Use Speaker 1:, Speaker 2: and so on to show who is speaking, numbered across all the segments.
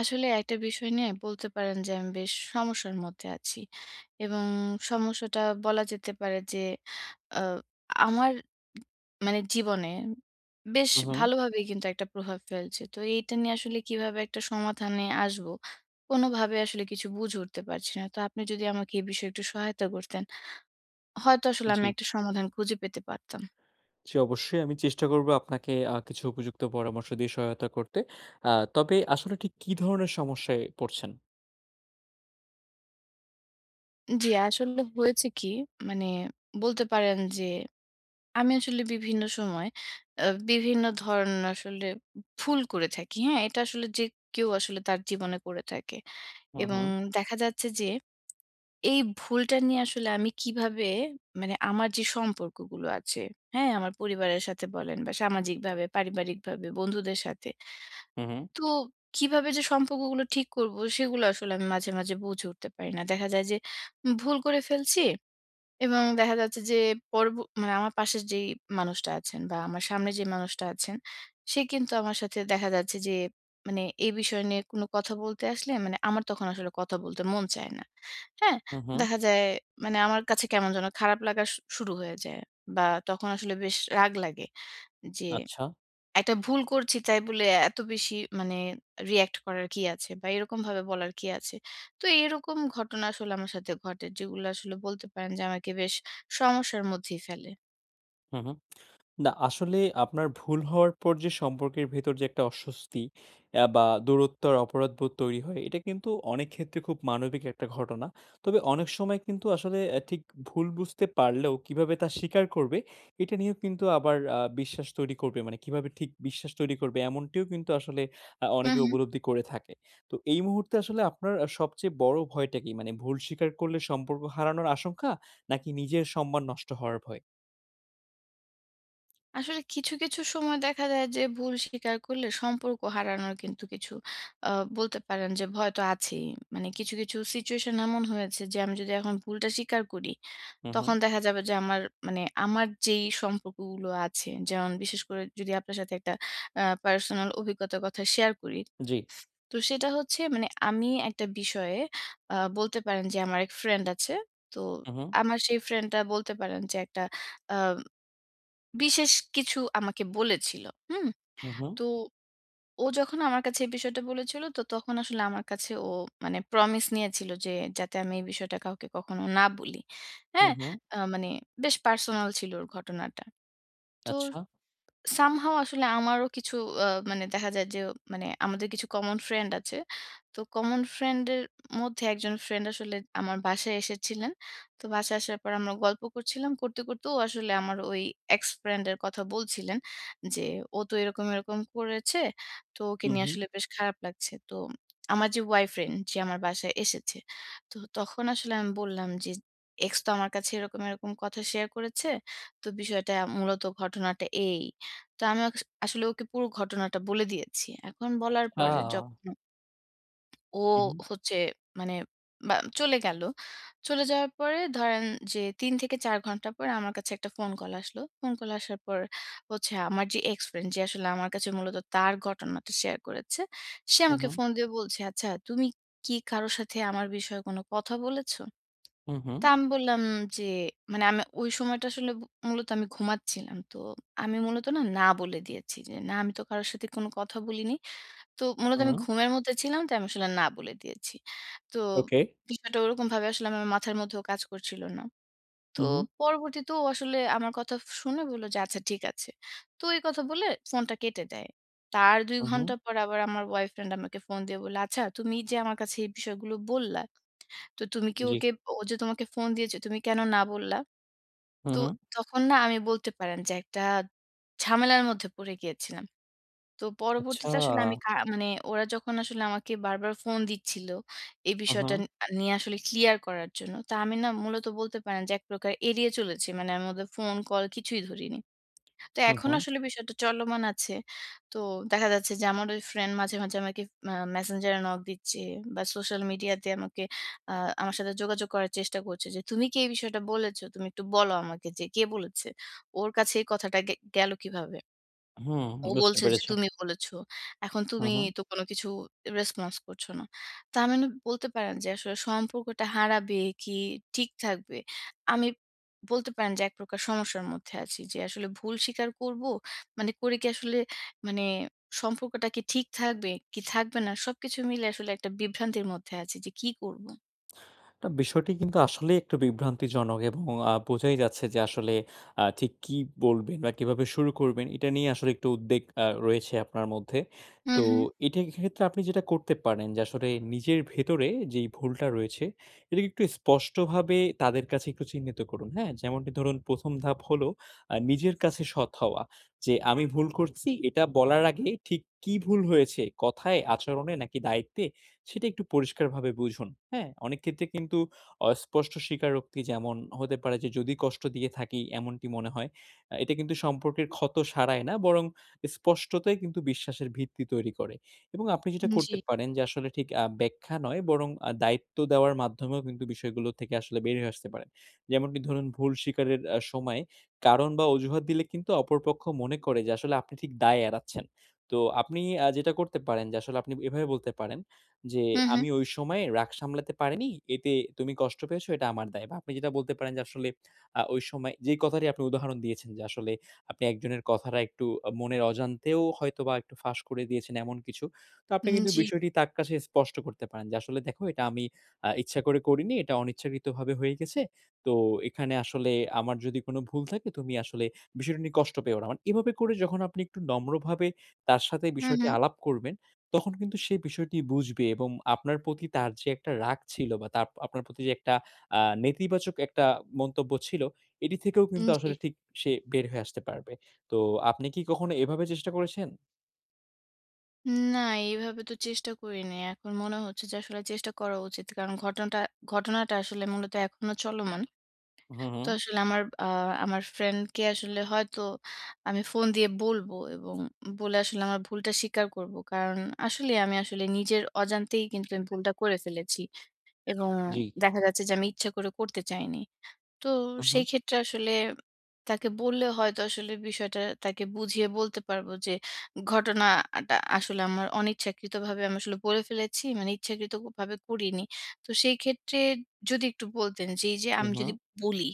Speaker 1: আসলে একটা বিষয় নিয়ে বলতে পারেন যে আমি বেশ সমস্যার মধ্যে আছি। এবং সমস্যাটা বলা যেতে পারে যে আ আমার মানে জীবনে বেশ
Speaker 2: হুম, হুম।
Speaker 1: ভালোভাবেই কিন্তু একটা প্রভাব ফেলছে। তো এইটা নিয়ে আসলে কিভাবে একটা সমাধানে আসবো, কোনোভাবে আসলে কিছু বুঝে উঠতে পারছি না। তো আপনি যদি আমাকে এই বিষয়ে একটু সহায়তা করতেন, হয়তো আসলে আমি
Speaker 2: জি।
Speaker 1: একটা সমাধান খুঁজে পেতে পারতাম।
Speaker 2: জি, অবশ্যই আমি চেষ্টা করব আপনাকে কিছু উপযুক্ত পরামর্শ দিয়ে সহায়তা করতে। আ তবে আসলে ঠিক কি ধরনের সমস্যায় পড়ছেন?
Speaker 1: জি, আসলে হয়েছে কি, মানে বলতে পারেন যে আমি আসলে বিভিন্ন সময় আ বিভিন্ন ধরনের আসলে ভুল করে থাকি। হ্যাঁ? এটা আসলে যে কেউ আসলে তার জীবনে করে থাকে।
Speaker 2: হুম,
Speaker 1: এবং
Speaker 2: হুম।
Speaker 1: দেখা যাচ্ছে যে এই ভুলটা নিয়ে আসলে আমি কিভাবে মানে আমার যে সম্পর্কগুলো আছে, হ্যাঁ? আমার পরিবারের সাথে বলেন বা সামাজিকভাবে, পারিবারিকভাবে, বন্ধুদের সাথে।
Speaker 2: হুম, হুম।
Speaker 1: তো কিভাবে যে সম্পর্কগুলো ঠিক করব সেগুলো আসলে আমি মাঝে, মাঝে বুঝে উঠতে পারি না। দেখা যায় যে ভুল করে ফেলছি এবং দেখা যাচ্ছে যে পরবো মানে আমার পাশে যেই মানুষটা আছেন বা আমার সামনে যে মানুষটা আছেন, সে কিন্তু আমার সাথে দেখা যাচ্ছে যে মানে এই বিষয় নিয়ে কোনো কথা বলতে আসলে মানে আমার তখন আসলে কথা বলতে মন চায় না। হ্যাঁ?
Speaker 2: হুম, হুম।
Speaker 1: দেখা যায় মানে আমার কাছে কেমন যেন খারাপ লাগা শুরু হয়ে যায় বা তখন আসলে বেশ রাগ লাগে যে
Speaker 2: আচ্ছা।
Speaker 1: একটা ভুল করছি তাই বলে এত বেশি মানে রিঅ্যাক্ট করার কি আছে? বা এরকমভাবে বলার কি আছে? তো এরকম ঘটনা আসলে আমার সাথে ঘটে যেগুলো আসলে বলতে পারেন যে আমাকে বেশ সমস্যার মধ্যেই ফেলে।
Speaker 2: হুম, হুম। না, আসলে আপনার ভুল হওয়ার পর যে সম্পর্কের ভেতর যে একটা অস্বস্তি বা দূরত্ব আর অপরাধবোধ তৈরি হয়, এটা কিন্তু অনেক ক্ষেত্রে খুব মানবিক একটা ঘটনা। তবে অনেক সময় কিন্তু আসলে ঠিক ভুল বুঝতে পারলেও কিভাবে তা স্বীকার করবে, এটা নিয়েও কিন্তু আবার বিশ্বাস তৈরি করবে। মানে কিভাবে ঠিক বিশ্বাস তৈরি করবে এমনটিও কিন্তু আসলে
Speaker 1: হুম,
Speaker 2: অনেকে
Speaker 1: হুম।
Speaker 2: উপলব্ধি করে থাকে। তো এই মুহূর্তে আসলে আপনার সবচেয়ে বড় ভয়টা কি? মানে ভুল স্বীকার করলে সম্পর্ক হারানোর আশঙ্কা? নাকি নিজের সম্মান নষ্ট হওয়ার ভয়?
Speaker 1: আসলে কিছু, কিছু সময় দেখা যায় যে ভুল স্বীকার করলে সম্পর্ক হারানোর কিন্তু কিছু আ বলতে পারেন যে ভয় তো আছেই। মানে কিছু, কিছু সিচুয়েশন এমন হয়েছে যে আমি যদি এখন ভুলটা স্বীকার করি
Speaker 2: হু, হু।
Speaker 1: তখন দেখা যাবে যে আমার মানে আমার যেই সম্পর্কগুলো আছে, যেমন বিশেষ করে যদি আপনার সাথে একটা পার্সোনাল অভিজ্ঞতার কথা শেয়ার করি।
Speaker 2: জি।
Speaker 1: তো সেটা হচ্ছে মানে আমি একটা বিষয়ে বলতে পারেন যে আমার এক ফ্রেন্ড আছে। তো
Speaker 2: হু, হু।
Speaker 1: আমার সেই ফ্রেন্ডটা বলতে পারেন যে একটা আ বিশেষ কিছু আমাকে বলেছিল। হুম?
Speaker 2: হু, হু,
Speaker 1: তো ও যখন আমার কাছে এই বিষয়টা বলেছিল, তো তখন আসলে আমার কাছে ও মানে প্রমিস নিয়েছিল যে যাতে আমি এই বিষয়টা কাউকে কখনো না বলি।
Speaker 2: হু,
Speaker 1: হ্যাঁ?
Speaker 2: হু,
Speaker 1: মানে বেশ পার্সোনাল ছিল ওর ঘটনাটা। তো
Speaker 2: আচ্ছা।
Speaker 1: সামহাউ আসলে আমারও কিছু আ মানে দেখা যায় যে মানে আমাদের কিছু কমন ফ্রেন্ড আছে। তো কমন ফ্রেন্ডের মধ্যে একজন ফ্রেন্ড আসলে আমার বাসায় এসেছিলেন। তো বাসায় আসার পর আমরা গল্প করছিলাম। করতে, করতে ও আসলে আমার ওই এক্স ফ্রেন্ড এর কথা বলছিলেন যে, "ও তো এরকম, এরকম করেছে। তো ওকে
Speaker 2: হু,
Speaker 1: নিয়ে
Speaker 2: হু,
Speaker 1: আসলে বেশ খারাপ লাগছে।" তো আমার যে বয়ফ্রেন্ড যে আমার বাসায় এসেছে। তো তখন আসলে আমি বললাম যে, "এক্স তো আমার কাছে এরকম, এরকম কথা শেয়ার করেছে। তো বিষয়টা মূলত ঘটনাটা এই।" তো আমি ওকে আসলে ওকে পুরো ঘটনাটা বলে দিয়েছি। এখন বলার
Speaker 2: আচ্ছা।
Speaker 1: পরে যখন ও
Speaker 2: হু, হু,
Speaker 1: হচ্ছে মানে বা চলে গেল। চলে যাওয়ার পরে ধরেন যে ৩ থেকে ৪ ঘন্টা পরে আমার কাছে একটা ফোন কল আসলো। ফোন কল আসার পর হচ্ছে আমার যে এক্স ফ্রেন্ড যে আসলে আমার কাছে মূলত তার ঘটনাটা শেয়ার করেছে। সে
Speaker 2: হু,
Speaker 1: আমাকে
Speaker 2: হু,
Speaker 1: ফোন দিয়ে বলছে, "আচ্ছা তুমি কি কারো সাথে আমার বিষয়ে কোনো কথা বলেছো?"
Speaker 2: হু,
Speaker 1: তা আমি বললাম যে মানে আমি ওই সময়টা আসলে মূলত আমি ঘুমাচ্ছিলাম। তো আমি মূলত না, না বলে দিয়েছি যে, "না, আমি তো কারো সাথে কোনো কথা বলিনি।" তো মূলত আমি
Speaker 2: হুম।
Speaker 1: ঘুমের মধ্যে ছিলাম, তাই আমি আসলে না বলে দিয়েছি। তো
Speaker 2: ওকে।
Speaker 1: বিষয়টা ওরকমভাবে আসলে আমার মাথার মধ্যেও কাজ করছিল না। তো
Speaker 2: হু, হু।
Speaker 1: পরবর্তীতে ও আসলে আমার কথা শুনে বলল যে, "আচ্ছা ঠিক আছে।" তো এই কথা বলে ফোনটা কেটে দেয়। তার ২
Speaker 2: হু, হু,
Speaker 1: ঘন্টা পর আবার আমার বয়ফ্রেন্ড আমাকে ফোন দিয়ে বলল, "আচ্ছা, তুমি যে আমার কাছে এই বিষয়গুলো বললা" তো তুমি কি
Speaker 2: জি।
Speaker 1: ওকে ও যে তোমাকে ফোন দিয়েছে তুমি কেন না বললা?
Speaker 2: হু,
Speaker 1: তো
Speaker 2: হু,
Speaker 1: তখন না আমি বলতে পারেন যে একটা ঝামেলার মধ্যে পড়ে গিয়েছিলাম। তো
Speaker 2: আচ্ছা।
Speaker 1: পরবর্তীতে আসলে আমি মানে ওরা যখন আসলে আমাকে বারবার ফোন দিচ্ছিল এই
Speaker 2: হু, হু,
Speaker 1: বিষয়টা ন আ নিয়ে আসলে ক্লিয়ার করার জন্য। তা আমি না মূলত বলতে পারেন যে এক প্রকার এড়িয়ে চলেছি। মানে আমি ওদের ফোন কল কিছুই ধরিনি। তো
Speaker 2: হু,
Speaker 1: এখন
Speaker 2: হু,
Speaker 1: আসলে বিষয়টা চলমান আছে। তো দেখা যাচ্ছে যে আমার ওই ফ্রেন্ড মাঝে, মাঝে আমাকে মেসেঞ্জারে নক দিচ্ছে বা সোশ্যাল মিডিয়াতে আমাকে আ আমার সাথে যোগাযোগ করার চেষ্টা করছে যে, "তুমি কি এই বিষয়টা বলেছ? তুমি একটু বলো আমাকে যে কে বলেছে? ওর কাছে এই কথাটা গেল কিভাবে?"
Speaker 2: হুম,
Speaker 1: ও
Speaker 2: বুঝতে
Speaker 1: বলছে যে
Speaker 2: পেরেছি।
Speaker 1: তুমি বলেছো। এখন
Speaker 2: হু,
Speaker 1: তুমি
Speaker 2: হু।
Speaker 1: তো কোনো কিছু রেসপন্স করছো না। তার মানে বলতে পারেন যে আসলে সম্পর্কটা হারাবে কি ঠিক থাকবে? আমি বলতে পারেন যে এক প্রকার সমস্যার মধ্যে আছি। যে আসলে ভুল স্বীকার করব। মানে করে কি আসলে মানে সম্পর্কটা কি ঠিক থাকবে কি থাকবে না? সবকিছু মিলে আসলে একটা বিভ্রান্তির মধ্যে আছি যে কি করব?
Speaker 2: না, বিষয়টি কিন্তু আসলেই একটু বিভ্রান্তিজনক এবং বোঝাই যাচ্ছে যে আসলে ঠিক কি বলবেন বা কিভাবে শুরু করবেন এটা নিয়ে আসলে একটু উদ্বেগ রয়েছে আপনার মধ্যে।
Speaker 1: হু,
Speaker 2: তো
Speaker 1: হু।
Speaker 2: এটার ক্ষেত্রে আপনি যেটা করতে পারেন যে আসলে নিজের ভেতরে যেই ভুলটা রয়েছে এটাকে একটু স্পষ্টভাবে তাদের কাছে একটু চিহ্নিত করুন, হ্যাঁ? যেমনটি ধরুন ১ম ধাপ হলো নিজের কাছে সৎ হওয়া। যে আমি ভুল করছি এটা বলার আগে ঠিক কি ভুল হয়েছে? কথায়, আচরণে নাকি দায়িত্বে সেটা একটু পরিষ্কারভাবে বুঝুন। হ্যাঁ? অনেক ক্ষেত্রে কিন্তু অস্পষ্ট স্বীকারোক্তি যেমন হতে পারে যে যদি কষ্ট দিয়ে থাকি এমনটি মনে হয়। এটা কিন্তু সম্পর্কের ক্ষত সারায় না বরং স্পষ্টতাই কিন্তু বিশ্বাসের ভিত্তি তৈরি করে। এবং আপনি যেটা
Speaker 1: জি।
Speaker 2: করতে পারেন যে আসলে ঠিক ব্যাখ্যা নয় বরং দায়িত্ব দেওয়ার মাধ্যমেও কিন্তু বিষয়গুলো থেকে আসলে বেরিয়ে আসতে পারেন। যেমনটি ধরুন ভুল স্বীকারের সময় কারণ বা অজুহাত দিলে কিন্তু অপরপক্ষ মনে করে যে আসলে আপনি ঠিক দায় এড়াচ্ছেন। তো আপনি যেটা করতে পারেন যে আসলে আপনি এভাবে বলতে পারেন যে,
Speaker 1: হু, হু।
Speaker 2: "আমি ওই সময়ে রাগ সামলাতে পারিনি। এতে তুমি কষ্ট পেয়েছো, এটা আমার দায়।" বা আপনি যেটা বলতে পারেন যে আসলে ওই সময় যেই কথাটি আপনি উদাহরণ দিয়েছেন যে আসলে আপনি একজনের কথাটা একটু মনের অজান্তেও হয়তোবা একটু ফাঁস করে দিয়েছেন এমন কিছু। তো আপনি কিন্তু
Speaker 1: জি।
Speaker 2: বিষয়টি তার কাছে স্পষ্ট করতে পারেন যে, "আসলে দেখো এটা আমি ইচ্ছা করে করিনি। এটা অনিচ্ছাকৃতভাবে হয়ে গেছে। তো এখানে আসলে আমার যদি কোনো ভুল থাকে তুমি আসলে বিষয়টা নিয়ে কষ্ট পেও না।" মানে এভাবে করে যখন আপনি একটু নম্রভাবে তার সাথে
Speaker 1: হু, হু।
Speaker 2: বিষয়টি আলাপ করবেন তখন কিন্তু সে বিষয়টি বুঝবে এবং আপনার প্রতি তার যে একটা রাগ ছিল বা তার আপনার প্রতি যে একটা নেতিবাচক একটা মন্তব্য ছিল, এটি থেকেও কিন্তু
Speaker 1: জি।
Speaker 2: আসলে ঠিক সে বের হয়ে আসতে পারবে। তো আপনি কি কখনো এভাবে চেষ্টা করেছেন?
Speaker 1: না, এইভাবে তো চেষ্টা করিনি। এখন মনে হচ্ছে যে আসলে চেষ্টা করা উচিত। কারণ ঘটনাটা ঘটনাটা আসলে মূলত এখনো চলমান।
Speaker 2: হুম,
Speaker 1: তো
Speaker 2: হুম।
Speaker 1: আসলে আমার আমার ফ্রেন্ডকে আসলে হয়তো আমি ফোন দিয়ে বলবো এবং বলে আসলে আমার ভুলটা স্বীকার করব। কারণ আসলেই আমি আসলে নিজের অজান্তেই কিন্তু আমি ভুলটা করে ফেলেছি এবং
Speaker 2: জি।
Speaker 1: দেখা যাচ্ছে যে আমি ইচ্ছা করে করতে চাইনি। তো
Speaker 2: হুম,
Speaker 1: সেই
Speaker 2: হুম।
Speaker 1: ক্ষেত্রে আসলে তাকে বললে হয়তো আসলে বিষয়টা তাকে বুঝিয়ে বলতে পারবো যে ঘটনাটা আসলে আমার অনিচ্ছাকৃতভাবে আমি আসলে বলে ফেলেছি মানে ইচ্ছাকৃত ভাবে করিনি। তো সেই ক্ষেত্রে যদি একটু বলতেন যে এই যে
Speaker 2: হুম,
Speaker 1: আমি যদি
Speaker 2: হুম।
Speaker 1: বলি,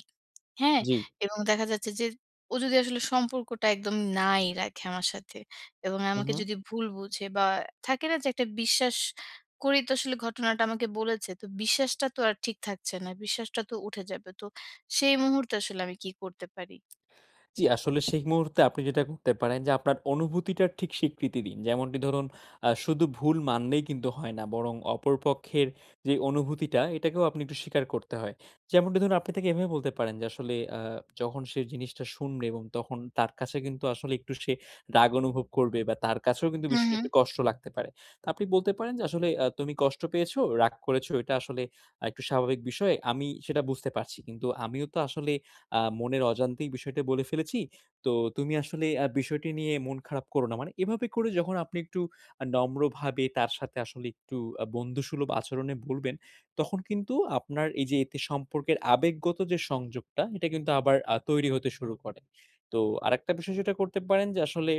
Speaker 1: হ্যাঁ,
Speaker 2: জি।
Speaker 1: এবং দেখা যাচ্ছে যে ও যদি আসলে সম্পর্কটা একদম নাই রাখে আমার সাথে এবং
Speaker 2: হুম,
Speaker 1: আমাকে
Speaker 2: হুম।
Speaker 1: যদি ভুল বুঝে বা থাকে না যে একটা বিশ্বাস করেই তো আসলে ঘটনাটা আমাকে বলেছে। তো বিশ্বাসটা তো আর ঠিক থাকছে না। বিশ্বাসটা তো উঠে যাবে। তো সেই মুহূর্তে আসলে আমি কি করতে পারি?
Speaker 2: জি, আসলে সেই মুহূর্তে আপনি যেটা করতে পারেন যে আপনার অনুভূতিটার ঠিক স্বীকৃতি দিন। যেমনটি ধরুন শুধু ভুল মানলেই কিন্তু হয় না। বরং অপরপক্ষের যে অনুভূতিটা এটাকেও আপনি একটু স্বীকার করতে হয়। যেমনটি ধরুন আপনি তাকে এভাবে বলতে পারেন যে আসলে যখন সে জিনিসটা শুনবে এবং তখন তার কাছে কিন্তু আসলে একটু সে রাগ অনুভব করবে বা তার কাছেও কিন্তু
Speaker 1: হুম,
Speaker 2: বিষয়টা
Speaker 1: হুম।
Speaker 2: একটু কষ্ট লাগতে পারে। তো আপনি বলতে পারেন যে আসলে তুমি কষ্ট পেয়েছো, রাগ করেছো এটা আসলে একটু স্বাভাবিক বিষয়। আমি সেটা বুঝতে পারছি। কিন্তু আমিও তো আসলে মনের অজান্তেই বিষয়টা বলে ফেলেছি। তো তুমি আসলে বিষয়টি নিয়ে মন খারাপ করো না। মানে এভাবে করে যখন আপনি একটু নম্রভাবে তার সাথে আসলে একটু বন্ধুসুলভ আচরণে বলবেন, তখন কিন্তু আপনার এই যে এতে সম্পর্কের আবেগগত যে সংযোগটা, এটা কিন্তু আবার তৈরি হতে শুরু করে। তো আরেকটা বিষয় যেটা করতে পারেন যে আসলে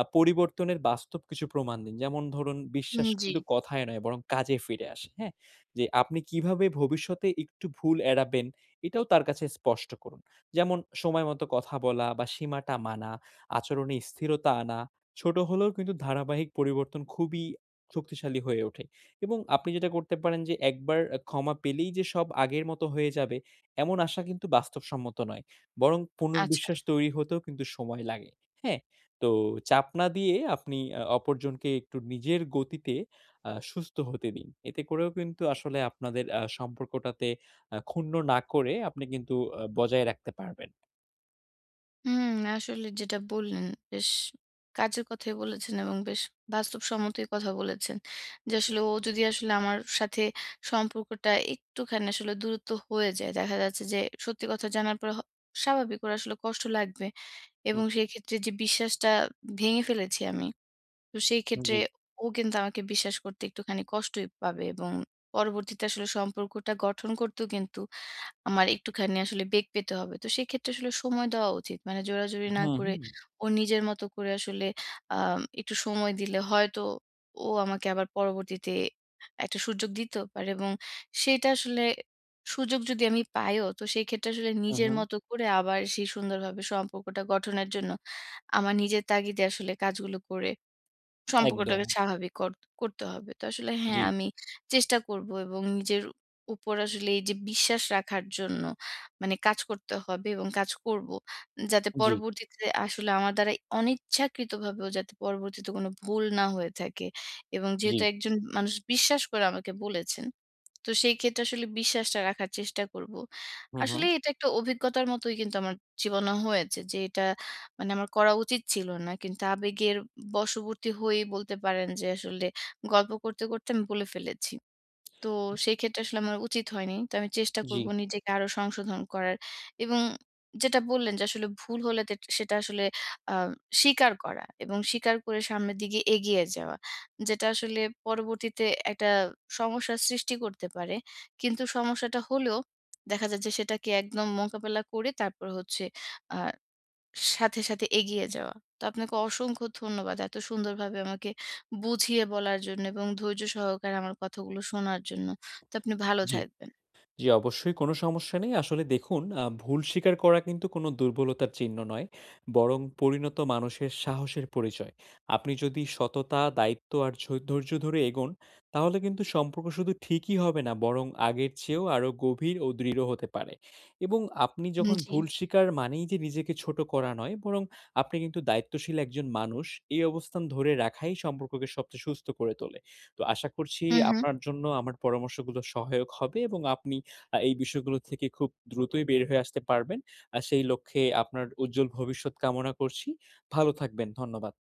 Speaker 2: পরিবর্তনের বাস্তব কিছু প্রমাণ দিন। যেমন ধরুন
Speaker 1: হুম,
Speaker 2: বিশ্বাস
Speaker 1: জি।
Speaker 2: কিন্তু কথায় নয় বরং কাজে ফিরে আসে, হ্যাঁ? যে আপনি কিভাবে ভবিষ্যতে একটু ভুল এড়াবেন, এটাও তার কাছে স্পষ্ট করুন। যেমন সময় মতো কথা বলা বা সীমাটা মানা, আচরণে স্থিরতা আনা, ছোট হলেও কিন্তু ধারাবাহিক পরিবর্তন খুবই শক্তিশালী হয়ে ওঠে এবং আপনি যেটা করতে পারেন যে একবার ক্ষমা পেলেই যে সব আগের মতো হয়ে যাবে এমন আশা কিন্তু বাস্তবসম্মত নয়। বরং
Speaker 1: আচ্ছা।
Speaker 2: পুনর্বিশ্বাস তৈরি হতেও কিন্তু সময় লাগে। হ্যাঁ? তো চাপ না দিয়ে আপনি অপরজনকে একটু নিজের গতিতে সুস্থ হতে দিন। এতে করেও কিন্তু আসলে আপনাদের সম্পর্কটাতে ক্ষুণ্ণ না করে আপনি কিন্তু বজায় রাখতে পারবেন।
Speaker 1: হুম, আসলে যেটা বললেন বেশ কাজের কথাই বলেছেন এবং বেশ বাস্তবসম্মতই কথা বলেছেন। যে আসলে ও যদি আসলে আমার সাথে সম্পর্কটা একটুখানি আসলে দূরত্ব হয়ে যায়, দেখা যাচ্ছে যে সত্যি কথা জানার পরে স্বাভাবিক ওর আসলে কষ্ট লাগবে এবং
Speaker 2: হুম,
Speaker 1: সেই ক্ষেত্রে যে বিশ্বাসটা ভেঙে ফেলেছি আমি, তো সেই ক্ষেত্রে
Speaker 2: জি।
Speaker 1: ও কিন্তু আমাকে বিশ্বাস করতে একটুখানি কষ্টই পাবে এবং পরবর্তীতে আসলে সম্পর্কটা গঠন করতেও কিন্তু আমার একটুখানি আসলে বেগ পেতে হবে। তো সেক্ষেত্রে আসলে সময় দেওয়া উচিত। মানে জোরাজুরি না
Speaker 2: হুম,
Speaker 1: করে
Speaker 2: হুম।
Speaker 1: ওর নিজের মতো করে আসলে আ একটু সময় দিলে হয়তো ও আমাকে আবার পরবর্তীতে একটা সুযোগ দিতেও পারে এবং সেটা আসলে সুযোগ যদি আমি পাইও তো সেই ক্ষেত্রে আসলে
Speaker 2: হু,
Speaker 1: নিজের
Speaker 2: হুম।
Speaker 1: মতো করে আবার সেই সুন্দরভাবে সম্পর্কটা গঠনের জন্য আমার নিজের তাগিদে আসলে কাজগুলো করে
Speaker 2: একদম।
Speaker 1: সম্পর্কটাকে স্বাভাবিক করতে হবে। তো আসলে হ্যাঁ,
Speaker 2: জি,
Speaker 1: আমি চেষ্টা করব এবং নিজের উপর আসলে এই যে বিশ্বাস রাখার জন্য মানে কাজ করতে হবে এবং কাজ করব। যাতে
Speaker 2: জি,
Speaker 1: পরবর্তীতে আসলে আমার দ্বারা অনিচ্ছাকৃতভাবেও যাতে পরবর্তীতে কোনো ভুল না হয়ে থাকে এবং
Speaker 2: জি।
Speaker 1: যেহেতু একজন মানুষ বিশ্বাস করে আমাকে বলেছেন তো সেই ক্ষেত্রে আসলে বিশ্বাসটা রাখার চেষ্টা করব।
Speaker 2: হু, হুম।
Speaker 1: আসলে এটা একটা অভিজ্ঞতার মতোই কিন্তু আমার জীবনে হয়েছে যে এটা মানে আমার করা উচিত ছিল না। কিন্তু আবেগের বশবর্তী হয়েই বলতে পারেন যে আসলে গল্প করতে, করতে আমি বলে ফেলেছি। তো সেই ক্ষেত্রে আসলে আমার উচিত হয়নি। তো আমি চেষ্টা
Speaker 2: জি।
Speaker 1: করব নিজেকে আরো সংশোধন করার এবং যেটা বললেন যে আসলে ভুল হলে তে সেটা আসলে আ স্বীকার করা এবং স্বীকার করে সামনের দিকে এগিয়ে যাওয়া। যেটা আসলে পরবর্তীতে একটা সমস্যার সৃষ্টি করতে পারে। কিন্তু সমস্যাটা হলেও দেখা যায় যে সেটাকে একদম মোকাবেলা করে তারপর হচ্ছে আ সাথে, সাথে এগিয়ে যাওয়া। তো আপনাকে অসংখ্য ধন্যবাদ। এত সুন্দরভাবে আমাকে বুঝিয়ে বলার জন্য এবং ধৈর্য সহকারে আমার কথাগুলো শোনার জন্য। তো আপনি ভালো
Speaker 2: জি
Speaker 1: থাকবেন।
Speaker 2: জি, অবশ্যই কোনো সমস্যা নেই। আসলে দেখুন ভুল স্বীকার করা কিন্তু কোনো দুর্বলতার চিহ্ন নয়। বরং পরিণত মানুষের সাহসের পরিচয়। আপনি যদি সততা, দায়িত্ব আর ধৈর্য ধরে এগোন, তাহলে কিন্তু সম্পর্ক শুধু ঠিকই হবে না বরং আগের চেয়েও আরো গভীর ও দৃঢ় হতে পারে। এবং আপনি যখন
Speaker 1: জি।
Speaker 2: ভুল স্বীকার মানেই যে নিজেকে ছোট করা নয়, বরং আপনি কিন্তু দায়িত্বশীল একজন মানুষ। এই অবস্থান ধরে রাখাই সম্পর্ককে সবচেয়ে সুস্থ করে তোলে। তো আশা করছি
Speaker 1: হু, হু।
Speaker 2: আপনার জন্য আমার পরামর্শগুলো সহায়ক হবে এবং আপনি এই বিষয়গুলো থেকে খুব দ্রুতই বের হয়ে আসতে পারবেন। সেই লক্ষ্যে আপনার উজ্জ্বল ভবিষ্যৎ কামনা করছি। ভালো থাকবেন। ধন্যবাদ।